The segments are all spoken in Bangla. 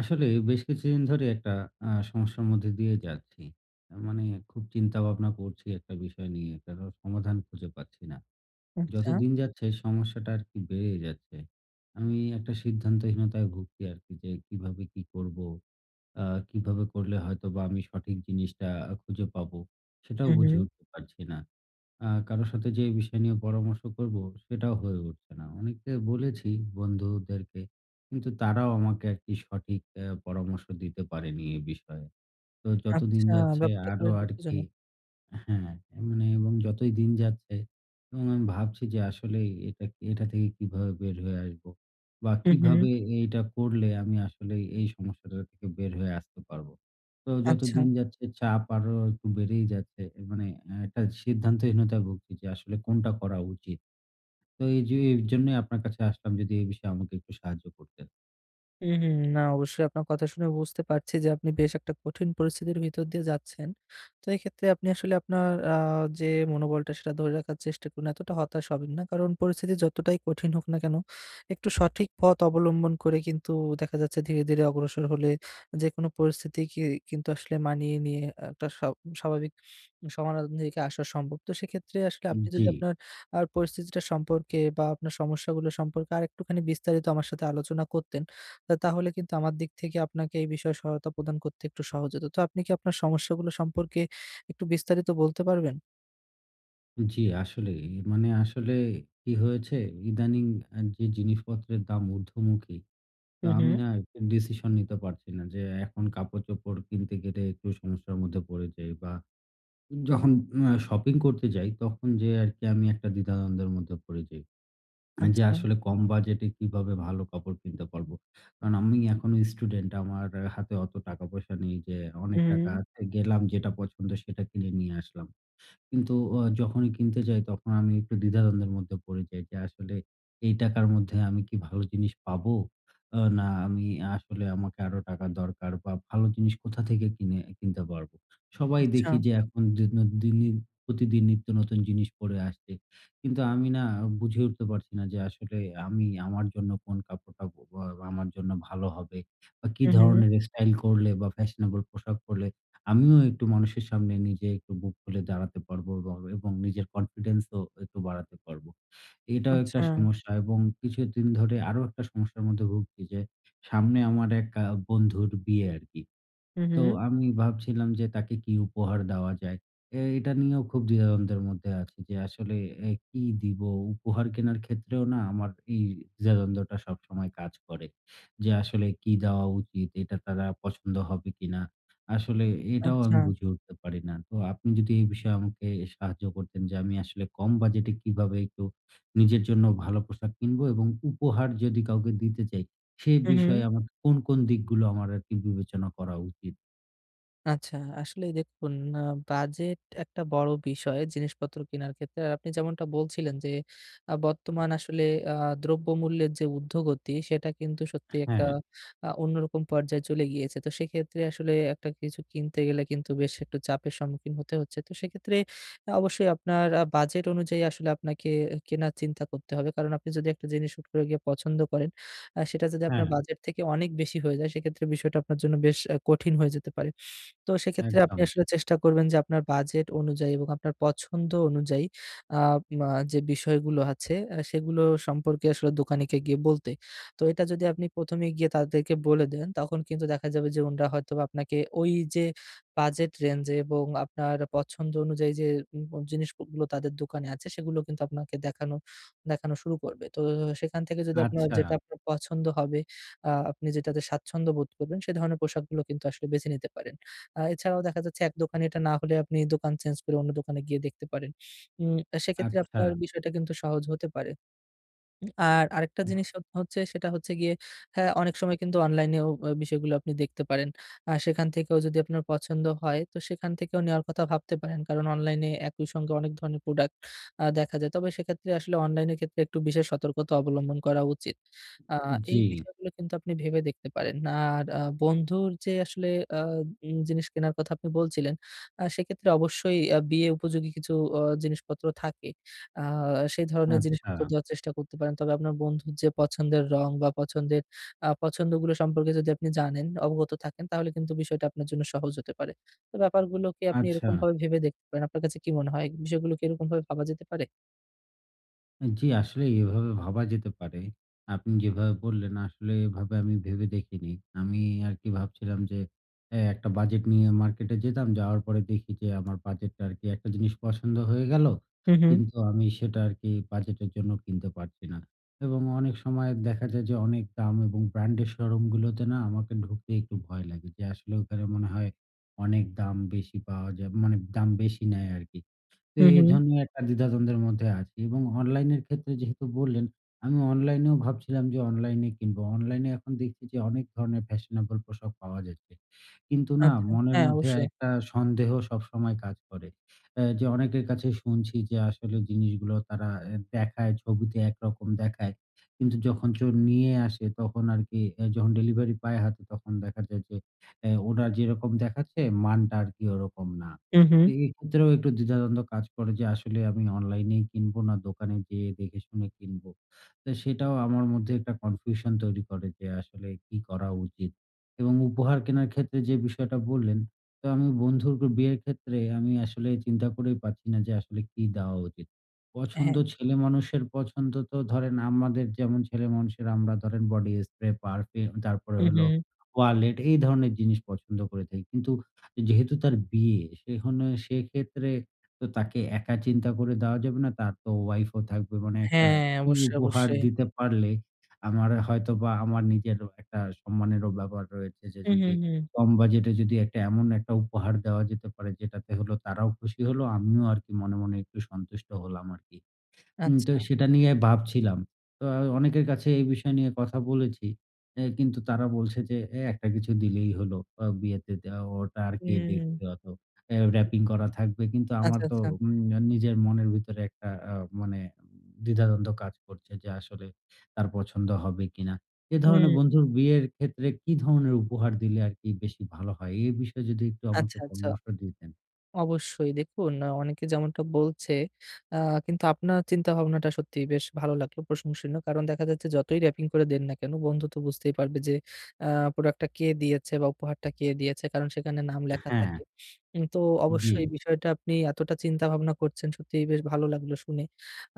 আসলে বেশ কিছুদিন ধরে একটা সমস্যার মধ্যে দিয়ে যাচ্ছি। মানে খুব চিন্তা-ভাবনা করছি একটা বিষয় নিয়ে। কারণ সমাধান খুঁজে পাচ্ছি না। যত আচ্ছা। দিন যাচ্ছে সমস্যাটা আরকি বেড়ে যাচ্ছে। আমি একটা সিদ্ধান্তহীনতায় ভুগছি আরকি যে কিভাবে কি করবো? আ কিভাবে করলে হয়তোবা আমি সঠিক জিনিসটা খুঁজে পাবো? সেটাও হুম, বুঝে হুম। উঠতে পারছি না। কারো সাথে যে বিষয় নিয়ে পরামর্শ করব সেটাও হয়ে উঠছে না। অনেককে বলেছি, বন্ধুদেরকে। কিন্তু তারাও আমাকে আরকি সঠিক পরামর্শ দিতে পারেনি এ বিষয়ে। তো যতদিন আচ্ছা, যাচ্ছে ব্যাপারটা আরো খুবই আরকি, দুঃখজনক। হ্যাঁ, মানে, এবং যতই দিন যাচ্ছে এবং আমি ভাবছি যে আসলেই এটা এটা থেকে কিভাবে বের হয়ে আসবো? বা হুম, হুম। কিভাবে এইটা করলে আমি আসলেই এই সমস্যাটা থেকে বের হয়ে আসতে পারবো? তো যত আচ্ছা। দিন যাচ্ছে চাপ আরো একটু বেড়েই যাচ্ছে। মানে একটা সিদ্ধান্তহীনতায় ভুগছি যে আসলে কোনটা করা উচিত? তো এই যে এর জন্যই আপনার কাছে আসলাম, যদি এই বিষয়ে আমাকে একটু সাহায্য করতেন। হুম, হুম। না, অবশ্যই আপনার কথা শুনে বুঝতে পারছি যে আপনি বেশ একটা কঠিন পরিস্থিতির ভিতর দিয়ে যাচ্ছেন। তো এক্ষেত্রে আপনি আসলে আপনার আ যে মনোবলটা সেটা ধরে রাখার চেষ্টা করুন। এতটা হতাশ হবেন না। কারণ পরিস্থিতি যতটাই কঠিন হোক না কেন, একটু সঠিক পথ অবলম্বন করে কিন্তু দেখা যাচ্ছে ধীরে, ধীরে অগ্রসর হলে যেকোনো পরিস্থিতিকে কিন্তু আসলে মানিয়ে নিয়ে একটা স্বাভাবিক সমাধান দিকে আসা সম্ভব। তো সেক্ষেত্রে আসলে আপনি যদি জি, আপনার আর পরিস্থিতিটা সম্পর্কে বা আপনার সমস্যাগুলো সম্পর্কে আরেকটুখানি বিস্তারিত আমার সাথে আলোচনা করতেন, তাহলে কিন্তু আমার দিক থেকে আপনাকে এই বিষয়ে সহায়তা প্রদান করতে একটু সহজ হতো। তো আপনি কি আপনার সমস্যাগুলো সম্পর্কে একটু বিস্তারিত বলতে পারবেন? জি, আসলেই। মানে আসলে কি হয়েছে, ইদানিং যে জিনিসপত্রের দাম ঊর্ধ্বমুখী, তো হু, হু। আমি না একটা ডিসিশন নিতে পারছি না যে এখন কাপড়-চোপড় কিনতে গেলে একটু সমস্যার মধ্যে পড়ে যাই, বা যখন শপিং করতে যাই তখন যেয়ে আরকি আমি একটা দ্বিধাদ্বন্দ্বের মধ্যে পড়ে যাই। যে আচ্ছা। আসলে কম বাজেটে কিভাবে ভালো কাপড় কিনতে পারবো। কারণ আমি এখনো স্টুডেন্ট, আমার হাতে অত টাকা পয়সা নেই যে হু, অনেক টাকা হু। আছে, গেলাম যেটা পছন্দ সেটা কিনে নিয়ে আসলাম। কিন্তু যখনই কিনতে যাই তখন আমি একটু দ্বিধাদ্বন্দ্বের মধ্যে পড়ে যাই যে আসলে এই টাকার মধ্যে আমি কি ভালো জিনিস পাবো? না, আমি আসলে আমাকে আরো টাকার দরকার, বা ভালো জিনিস কোথা থেকে কিনতে পারবো? সবাই আচ্ছা। দেখি যে এখন দিনই, প্রতিদিন নিত্য নতুন জিনিস পড়ে আসছে। কিন্তু আমি না বুঝে উঠতে পারছি না যে আসলে আমি আমার জন্য কোন কাপড়টা বা আমার জন্য ভালো হবে, বা কি হু, হু। ধরনের স্টাইল করলে বা ফ্যাশনেবল পোশাক পরলে আমিও একটু মানুষের সামনে নিজে একটু বুক খুলে দাঁড়াতে পারবো এবং এবং নিজের কনফিডেন্সও একটু বাড়াতে পারবো। এটাও একটা আচ্ছা। সমস্যা, এবং কিছুদিন ধরে আরো একটা সমস্যার মধ্যে ভুগছি যে সামনে আমার এক বন্ধুর বিয়ে আরকি। হু, হু। তো আমি ভাবছিলাম যে তাকে কি উপহার দেওয়া যায়। এটা নিয়েও খুব দ্বিধাদ্বন্দ্বের মধ্যে আছি যে আসলে কি দিব? উপহার কেনার ক্ষেত্রেও না আমার এই দ্বিধাদ্বন্দ্বটা সবসময় কাজ করে। যে আসলে কি দেওয়া উচিত? এটা তারা পছন্দ হবে কিনা? আসলে এটাও আচ্ছা। আমি বুঝে উঠতে পারি না। তো আপনি যদি এই বিষয়ে আমাকে সাহায্য করতেন যে আমি আসলে কম বাজেটে কিভাবে একটু নিজের জন্য ভালো পোশাক কিনবো, এবং উপহার যদি কাউকে দিতে চাই, সে হু, হু। বিষয়ে আমার কোন, কোন দিকগুলো আমার আরকি বিবেচনা করা উচিত? আচ্ছা, আসলেই দেখুন আ বাজেট একটা বড় বিষয় জিনিসপত্র কেনার ক্ষেত্রে। আর আপনি যেমনটা বলছিলেন যে বর্তমান আসলে আ দ্রব্যমূল্যের যে ঊর্ধ্বগতি সেটা কিন্তু সত্যিই একটা হ্যাঁ, হুম। আ অন্যরকম পর্যায়ে চলে গিয়েছে। তো সেক্ষেত্রে আসলে একটা কিছু কিনতে গেলে কিন্তু বেশ একটু চাপের সম্মুখীন হতে হচ্ছে। তো সেক্ষেত্রে অবশ্যই আপনার বাজেট অনুযায়ী আসলে আপনাকে কেনার চিন্তা করতে হবে। কারণ আপনি যদি একটা জিনিস হুট করে গিয়ে পছন্দ করেন, সেটা যদি আপনার হ্যাঁ, বাজেট থেকে অনেক বেশি হয়ে যায় সেক্ষেত্রে বিষয়টা আপনার জন্য বেশ কঠিন হয়ে যেতে পারে। তো সেক্ষেত্রে আপনি একদম। আসলে চেষ্টা করবেন যে আপনার বাজেট অনুযায়ী এবং আপনার পছন্দ অনুযায়ী আ মা যে বিষয়গুলো আছে সেগুলো সম্পর্কে আসলে দোকানীকে গিয়ে বলতে। তো এটা যদি আপনি ১ম এ গিয়ে তাদেরকে বলে দেন, তখন কিন্তু দেখা যাবে যে ওনারা হয়তোবা আপনাকে ওই যে বাজেট রেঞ্জ এবং আপনার পছন্দ অনুযায়ী যে উম জিনিসগুলো তাদের দোকানে আছে সেগুলো কিন্তু আপনাকে দেখানো দেখানো শুরু করবে। তো সেখান থেকে যদি আপনার আচ্ছা, যেটা আপনার পছন্দ হবে, আপনি যেটাতে স্বাচ্ছন্দ্য বোধ করবেন সে ধরনের পোশাকগুলো কিন্তু আসলে বেছে নিতে পারেন। এছাড়াও দেখা যাচ্ছে এক দোকানে এটা না হলে আপনি দোকান চেঞ্জ করে অন্য দোকানে গিয়ে দেখতে পারেন। উম সেক্ষেত্রে আচ্ছা। আপনার বিষয়টা কিন্তু সহজ হতে পারে। আর আরেকটা জিনিস হচ্ছে সেটা হচ্ছে গিয়ে হ্যাঁ, অনেক সময় কিন্তু অনলাইনেও বিষয়গুলো আপনি দেখতে পারেন। সেখান থেকেও যদি আপনার পছন্দ হয় তো সেখান থেকেও নেওয়ার কথা ভাবতে পারেন। কারণ অনলাইনে একই সঙ্গে অনেক ধরনের প্রোডাক্ট দেখা যায়। তবে সেক্ষেত্রে আসলে অনলাইনের ক্ষেত্রে একটু বিশেষ সতর্কতা অবলম্বন করা উচিত। আ এই জি, বিষয়গুলো কিন্তু আপনি ভেবে দেখতে পারেন। আর বন্ধুর যে আসলে আ উম জিনিস কেনার কথা আপনি বলছিলেন, সেক্ষেত্রে অবশ্যই বিয়ে উপযোগী কিছু জিনিসপত্র থাকে। আ সেই ধরনের আচ্ছা, জিনিসপত্র দেওয়ার চেষ্টা করতে পারেন। তবে আপনার বন্ধুর যে পছন্দের রং বা পছন্দের পছন্দগুলো সম্পর্কে যদি আপনি জানেন, অবগত থাকেন তাহলে কিন্তু বিষয়টা আপনার জন্য সহজ হতে পারে। তো ব্যাপারগুলোকে আপনি আচ্ছা। এরকমভাবে ভেবে দেখতে পারেন। আপনার কাছে কি মনে হয়? বিষয়গুলো কি এরকমভাবে ভাবা যেতে পারে? জি, আসলে এভাবে ভাবা যেতে পারে। আপনি যেভাবে বললেন, আসলে এভাবে আমি ভেবে দেখিনি। আমি আরকি ভাবছিলাম যে একটা বাজেট নিয়ে মার্কেটে যেতাম। যাওয়ার পরে দেখি যে আমার বাজেটটা আরকি, একটা জিনিস পছন্দ হয়ে গেল। হু, হু, কিন্তু আমি সেটা আরকি বাজেটের জন্য কিনতে পারছি না। এবং অনেক সময় দেখা যায় যে অনেক দাম, এবং ব্র্যান্ডের শোরুমগুলোতে না আমাকে ঢুকতে একটু ভয় লাগে। যে আসলে ওখানে মনে হয় অনেক দাম বেশি পাওয়া যায়, মানে দাম বেশি নেয় আরকি। তো হু, এই হু। জন্যই একটা দ্বিধাদ্বন্দ্বের মধ্যে আছি। এবং অনলাইনের ক্ষেত্রে যেহেতু বললেন, আমি অনলাইনেও ভাবছিলাম যে অনলাইনে কিনবো। অনলাইনে এখন দেখছি যে অনেক ধরনের ফ্যাশনেবল পোশাক পাওয়া যাচ্ছে। কিন্তু না, আচ্ছা। মনের হ্যাঁ, মধ্যে অবশ্যই। একটা সন্দেহ সবসময় কাজ করে। যে অনেকের কাছে শুনছি যে আসলে জিনিসগুলো তারা দেখায়, ছবিতে একরকম দেখায়। কিন্তু যখন চোর নিয়ে আসে তখন আরকি, যখন ডেলিভারি পায় হাতে তখন দেখা যায় যে ওরা যেরকম দেখাচ্ছে মানটা আরকি ওরকম না। হু, হু, তো এক্ষেত্রেও একটু দ্বিধাদ্বন্দ্ব কাজ করে যে আসলে আমি অনলাইনেই কিনবো না দোকানে যেয়ে দেখে শুনে কিনবো। তো সেটাও আমার মধ্যে একটা কনফিউশন তৈরি করে যে আসলে কি করা উচিত? এবং উপহার কেনার ক্ষেত্রে যে বিষয়টা বললেন, তো আমি বন্ধুর বিয়ের ক্ষেত্রে আমি আসলে চিন্তা করেই পাচ্ছি না যে আসলে কি দেওয়া উচিত। পছন্দ হ্যাঁ। ছেলেমানুষের পছন্দ, তো ধরেন আমাদের যেমন ছেলেমানুষের আমরা ধরেন বডি স্প্রে, পারফিউম, তারপরে হু, হু। হলো ওয়ালেট, এই ধরনের জিনিস পছন্দ করে থাকি। কিন্তু যেহেতু তার বিয়ে, সেখানে সেক্ষেত্রে তো তাকে একা চিন্তা করে দেওয়া যাবে না। তার তো ওয়াইফও থাকবে। মানে একটা হ্যাঁ, কি অবশ্যই, উপহার অবশ্যই। দিতে পারলে আমার হয়তোবা, আমার নিজের একটা সম্মানেরও ব্যাপার রয়েছে, যে হু, হু, যদি হু। কম বাজেটে যদি একটা এমন একটা উপহার দেওয়া যেতে পারে যেটাতে হলো তারাও খুশি হলো, আমিও আরকি মনে, মনে একটু সন্তুষ্ট হলাম আরকি। তো আচ্ছা। সেটা নিয়ে ভাবছিলাম। তো অনেকের কাছে এই বিষয় নিয়ে কথা বলেছি। কিন্তু তারা বলছে যে, একটা কিছু দিলেই হলো। বিয়েতে দেওয়া ওটা আর কে হুম। দেখবে অত। র‍্যাপিং করা থাকবে।" কিন্তু আমার আচ্ছা, তো আচ্ছা। উম নিজের মনের ভিতরে একটা মানে দ্বিধাদ্বন্দ্ব কাজ করছে যে, আসলে তার পছন্দ হবে কিনা? এ ধরনের হুম। বন্ধুর বিয়ের ক্ষেত্রে কি ধরনের উপহার দিলে আরকি বেশি ভালো হয়? এ বিষয়ে যদি একটু আমাকে আচ্ছা, আচ্ছা। পরামর্শ দিতেন। অবশ্যই দেখুন অনেকে যেমনটা বলছে আ কিন্তু আপনার চিন্তাভাবনাটা সত্যিই বেশ ভালো লাগলো, প্রশংসনীয়। কারণ দেখা যাচ্ছে যতই র‍্যাপিং করে দেন না কেন, বন্ধু তো বুঝতেই পারবে যে আ প্রোডাক্টটা কে দিয়েছে বা উপহারটা কে দিয়েছে। কারণ সেখানে নাম লেখা হ্যাঁ, থাকে। তো জি। অবশ্যই এই বিষয়টা আপনি এতটা চিন্তাভাবনা করছেন সত্যিই বেশ ভালো লাগলো শুনে।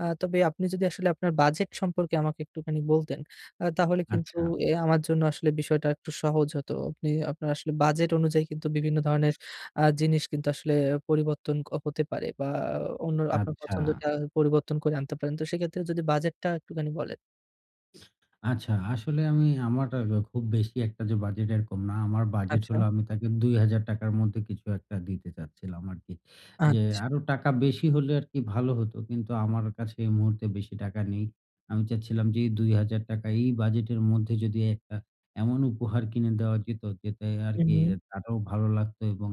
তবে আপনি যদি আসলে আপনার বাজেট সম্পর্কে আমাকে একটুখানি বলতেন, তাহলে কিন্তু আচ্ছা, আমার জন্য আসলে বিষয়টা একটু সহজ হতো। আপনি আপনার আসলে বাজেট অনুযায়ী কিন্তু বিভিন্ন ধরনের জিনিস কিন্তু আসলে পরিবর্তন হতে পারে বা অন্য আপনার আচ্ছা। পছন্দটা পরিবর্তন করে আনতে পারেন। তো সেক্ষেত্রে যদি বাজেটটা একটুখানি বলেন? আচ্ছা, আসলে আমি আমার খুব বেশি একটা যে বাজেট এরকম না। আমার বাজেট আচ্ছা, হলো, আমি তাকে ৳২,০০০ র মধ্যে কিছু একটা দিতে চাচ্ছিলাম আরকি। যে আচ্ছা। আরো টাকা বেশি হলে আরকি ভালো হতো। কিন্তু আমার কাছে এই মুহূর্তে বেশি টাকা নেই। আমি চাচ্ছিলাম যে এই ৳২,০০০ এই বাজেটের মধ্যে যদি একটা এমন উপহার কিনে দেওয়া যেত যেটা হু, আরকি হু। তারও ভালো লাগতো, এবং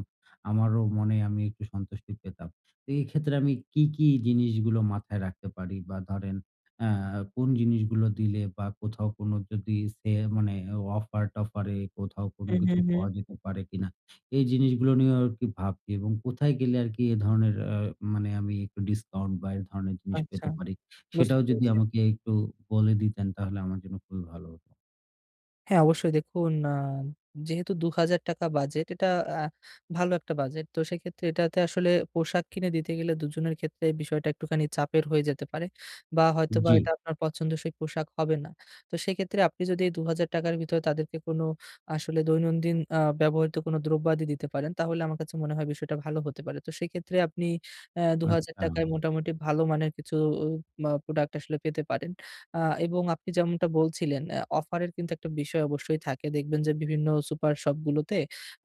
আমারও মনে আমি একটু সন্তুষ্টি পেতাম। তো এই ক্ষেত্রে আমি কি, কি জিনিসগুলো মাথায় রাখতে পারি? বা ধরেন অ্যা কোন জিনিসগুলো দিলে, বা কোথাও কোনো যদি সে মানে অফার-টফারে কোথাও কোনো হু, হু, কিছু হু। পাওয়া যেতে পারে কিনা? এই জিনিসগুলো নিয়েও আরকি ভাবছি, এবং কোথায় গেলে আরকি এ ধরনের মানে আমি একটু ডিসকাউন্ট বা এ ধরনের জিনিস আচ্ছা, পেতে পারি? বুঝতে সেটাও যদি পেরেছি। আমাকে একটু বলে দিতেন তাহলে আমার জন্য খুবই ভালো হতো। হ্যাঁ, অবশ্যই দেখুন যেহেতু ৳২,০০০ বাজেট এটা আ ভালো একটা বাজেট। তো সেক্ষেত্রে এটাতে আসলে পোশাক কিনে দিতে গেলে দুজনের ক্ষেত্রে বিষয়টা একটুখানি চাপের হয়ে যেতে পারে। বা হয়তোবা জি। এটা আপনার পছন্দসই পোশাক হবে না। তো সেক্ষেত্রে আপনি যদি এই ৳২,০০০ র ভিতরে তাদেরকে কোনো আসলে দৈনন্দিন ব্যবহৃত কোনো দ্রব্যাদি দিতে পারেন, তাহলে আমার কাছে মনে হয় বিষয়টা ভালো হতে পারে। তো সেক্ষেত্রে আপনি ৳২,০০০ আচ্ছা। য় মোটামুটি ভালো মানের কিছু প্রোডাক্ট আসলে পেতে পারেন। আ এবং আপনি যেমনটা বলছিলেন অফারের কিন্তু একটা বিষয় অবশ্যই থাকে। দেখবেন যে বিভিন্ন সুপার শপগুলোতে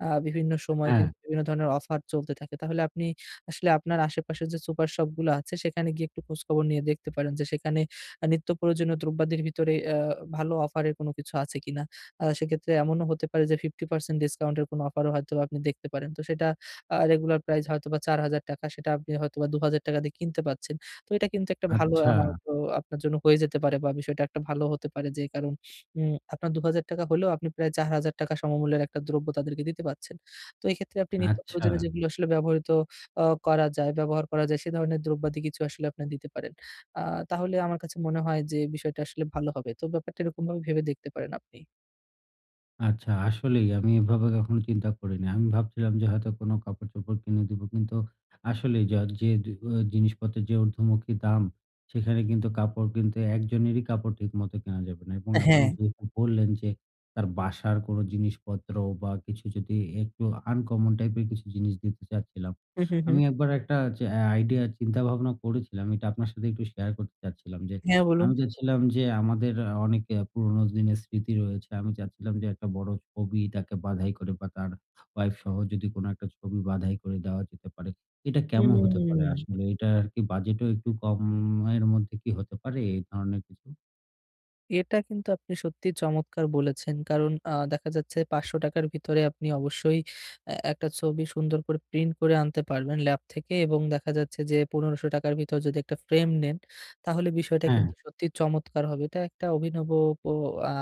বিভিন্ন সময় হ্যাঁ। কিন্তু বিভিন্ন ধরনের অফার চলতে থাকে। তাহলে আপনি আসলে আপনার আশেপাশে যে সুপার শপগুলো আছে সেখানে গিয়ে একটু খোঁজখবর নিয়ে দেখতে পারেন যে সেখানে নিত্য প্রয়োজনীয় দ্রব্যাদির ভিতরে ভালো অফারের কোনো কিছু আছে কিনা। সেক্ষেত্রে এমনও হতে পারে যে ৫০% ডিসকাউন্টের কোনো অফারও হয়তোবা আপনি দেখতে পারেন। তো সেটা রেগুলার প্রাইস হয়তোবা ৳৪,০০০, সেটা আপনি হয়তোবা ৳২,০০০ দিয়ে কিনতে পারছেন। তো এটা কিন্তু একটা ভালো আচ্ছা, অ্যামাউন্ট ও আপনার জন্য হয়ে যেতে পারে বা বিষয়টা একটা ভালো হতে পারে, যে কারণ আপনার ৳২,০০০ হলেও আপনি প্রায় ৳৪,০০০ সমমূল্যের একটা দ্রব্য তাদেরকে দিতে পারছেন। তো এক্ষেত্রে আপনি নিত্য আচ্ছা। প্রয়োজনীয় যেগুলো আসলে ব্যবহৃত করা যায়, ব্যবহার করা যায় সে ধরনের দ্রব্যাদি কিছু আসলে আপনি দিতে পারেন। আ তাহলে আমার কাছে মনে হয় যে বিষয়টা আসলে ভালো হবে। তো ব্যাপারটা এরকমভাবে ভেবে দেখতে পারেন আপনি। আচ্ছা, আসলেই আমি এভাবে কখনো চিন্তা করিনি। আমি ভাবছিলাম যে হয়তো কোনো কাপড়-চোপড় কিনে দিব। কিন্তু আসলেই যা যে দু অ জিনিসপত্রের যে ঊর্ধ্বমুখী দাম, সেখানে কিন্তু কাপড়, কিন্তু একজনেরই কাপড় ঠিকমতো কেনা যাবে না। এবং আপনি হ্যাঁ। যেহেতু বললেন যে তার বাসার কোনো জিনিসপত্র বা কিছু, যদি একটু আনকমন টাইপের কিছু জিনিস দিতে চাচ্ছিলাম। হুম, হুম, হুম। আমি একবার একটা যে আইডিয়া চিন্তা ভাবনা করেছিলাম, এটা আপনার সাথে একটু শেয়ার করতে চাচ্ছিলাম যে হ্যাঁ, বলুন। আমি চাচ্ছিলাম যে আমাদের অনেক পুরোনো দিনের স্মৃতি রয়েছে। আমি চাচ্ছিলাম যে একটা বড় ছবি তাকে বাঁধাই করে, বা তার ওয়াইফ সহ যদি কোনো একটা ছবি বাঁধাই করে দেওয়া যেতে পারে। এটা কেমন হতে পারে হুম। আসলে? এটার কি বাজেটও একটু কম, এর মধ্যে কি হতে পারে এই ধরনের কিছু? এটা কিন্তু আপনি সত্যিই চমৎকার বলেছেন। কারণ দেখা যাচ্ছে ৳৫০০ র ভিতরে আপনি অবশ্যই একটা ছবি সুন্দর করে প্রিন্ট করে আনতে পারবেন ল্যাব থেকে এবং দেখা যাচ্ছে যে ৳১,৫০০ র ভিতর যদি একটা ফ্রেম নেন, তাহলে বিষয়টা হ্যাঁ, কিন্তু সত্যিই চমৎকার হবে। এটা একটা অভিনব প আ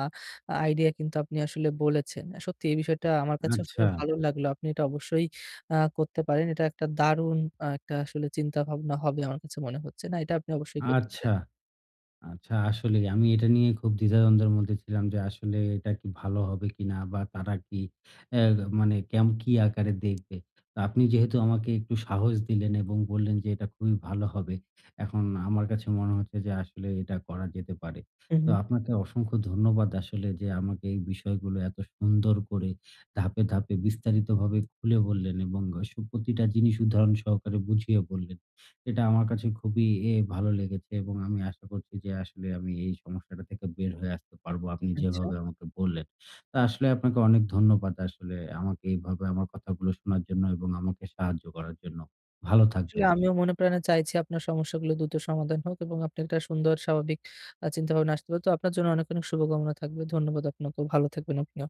আইডিয়া কিন্তু আপনি আসলে বলেছেন। সত্যি এই বিষয়টা আমার কাছে শুনে আচ্ছা, ভালো লাগলো। আপনি এটা অবশ্যই করতে পারেন। এটা একটা দারুণ একটা আসলে চিন্তাভাবনা হবে আমার কাছে মনে হচ্ছে। না, এটা আপনি অবশ্যই করতে আচ্ছা। পারেন। আচ্ছা, আসলেই আমি এটা নিয়ে খুব দ্বিধাদ্বন্দ্বের মধ্যে ছিলাম যে আসলে এটা কি ভালো হবে কিনা, বা তারা কি অ্যা মানে কি আকারে দেখবে। তো আপনি যেহেতু আমাকে একটু সাহস দিলেন এবং বললেন যে এটা খুবই ভালো হবে। এখন আমার কাছে মনে হচ্ছে যে আসলে এটা করা যেতে পারে। হু, তো হু। আপনাকে অসংখ্য ধন্যবাদ আসলে, যে আমাকে এই বিষয়গুলো এত সুন্দর করে ধাপে, ধাপে বিস্তারিতভাবে খুলে বললেন, এবং প্রতিটা জিনিস উদাহরণ সহকারে বুঝিয়ে বললেন। এটা আমার কাছে খুবই ভালো লেগেছে, এবং আমি আশা করছি যে আসলে আমি এই সমস্যাটা থেকে বের হয়ে আসতে পারবো আপনি আচ্ছা। যেভাবে আমাকে বললেন। তা আসলে আপনাকে অনেক ধন্যবাদ আসলে, আমাকে এইভাবে আমার কথাগুলো শোনার জন্য এবং আমাকে সাহায্য করার জন্য। ভালো আসলে থাকবেন। আমিও মনে প্রাণে চাইছি আপনার সমস্যাগুলো দ্রুত সমাধান হোক এবং আপনি একটা সুন্দর স্বাভাবিক চিন্তাভাবনা আসতে পারে। তো আপনার জন্য অনেক, অনেক শুভকামনা থাকবে। ধন্যবাদ আপনাকেও। ভালো থাকবেন আপনিও।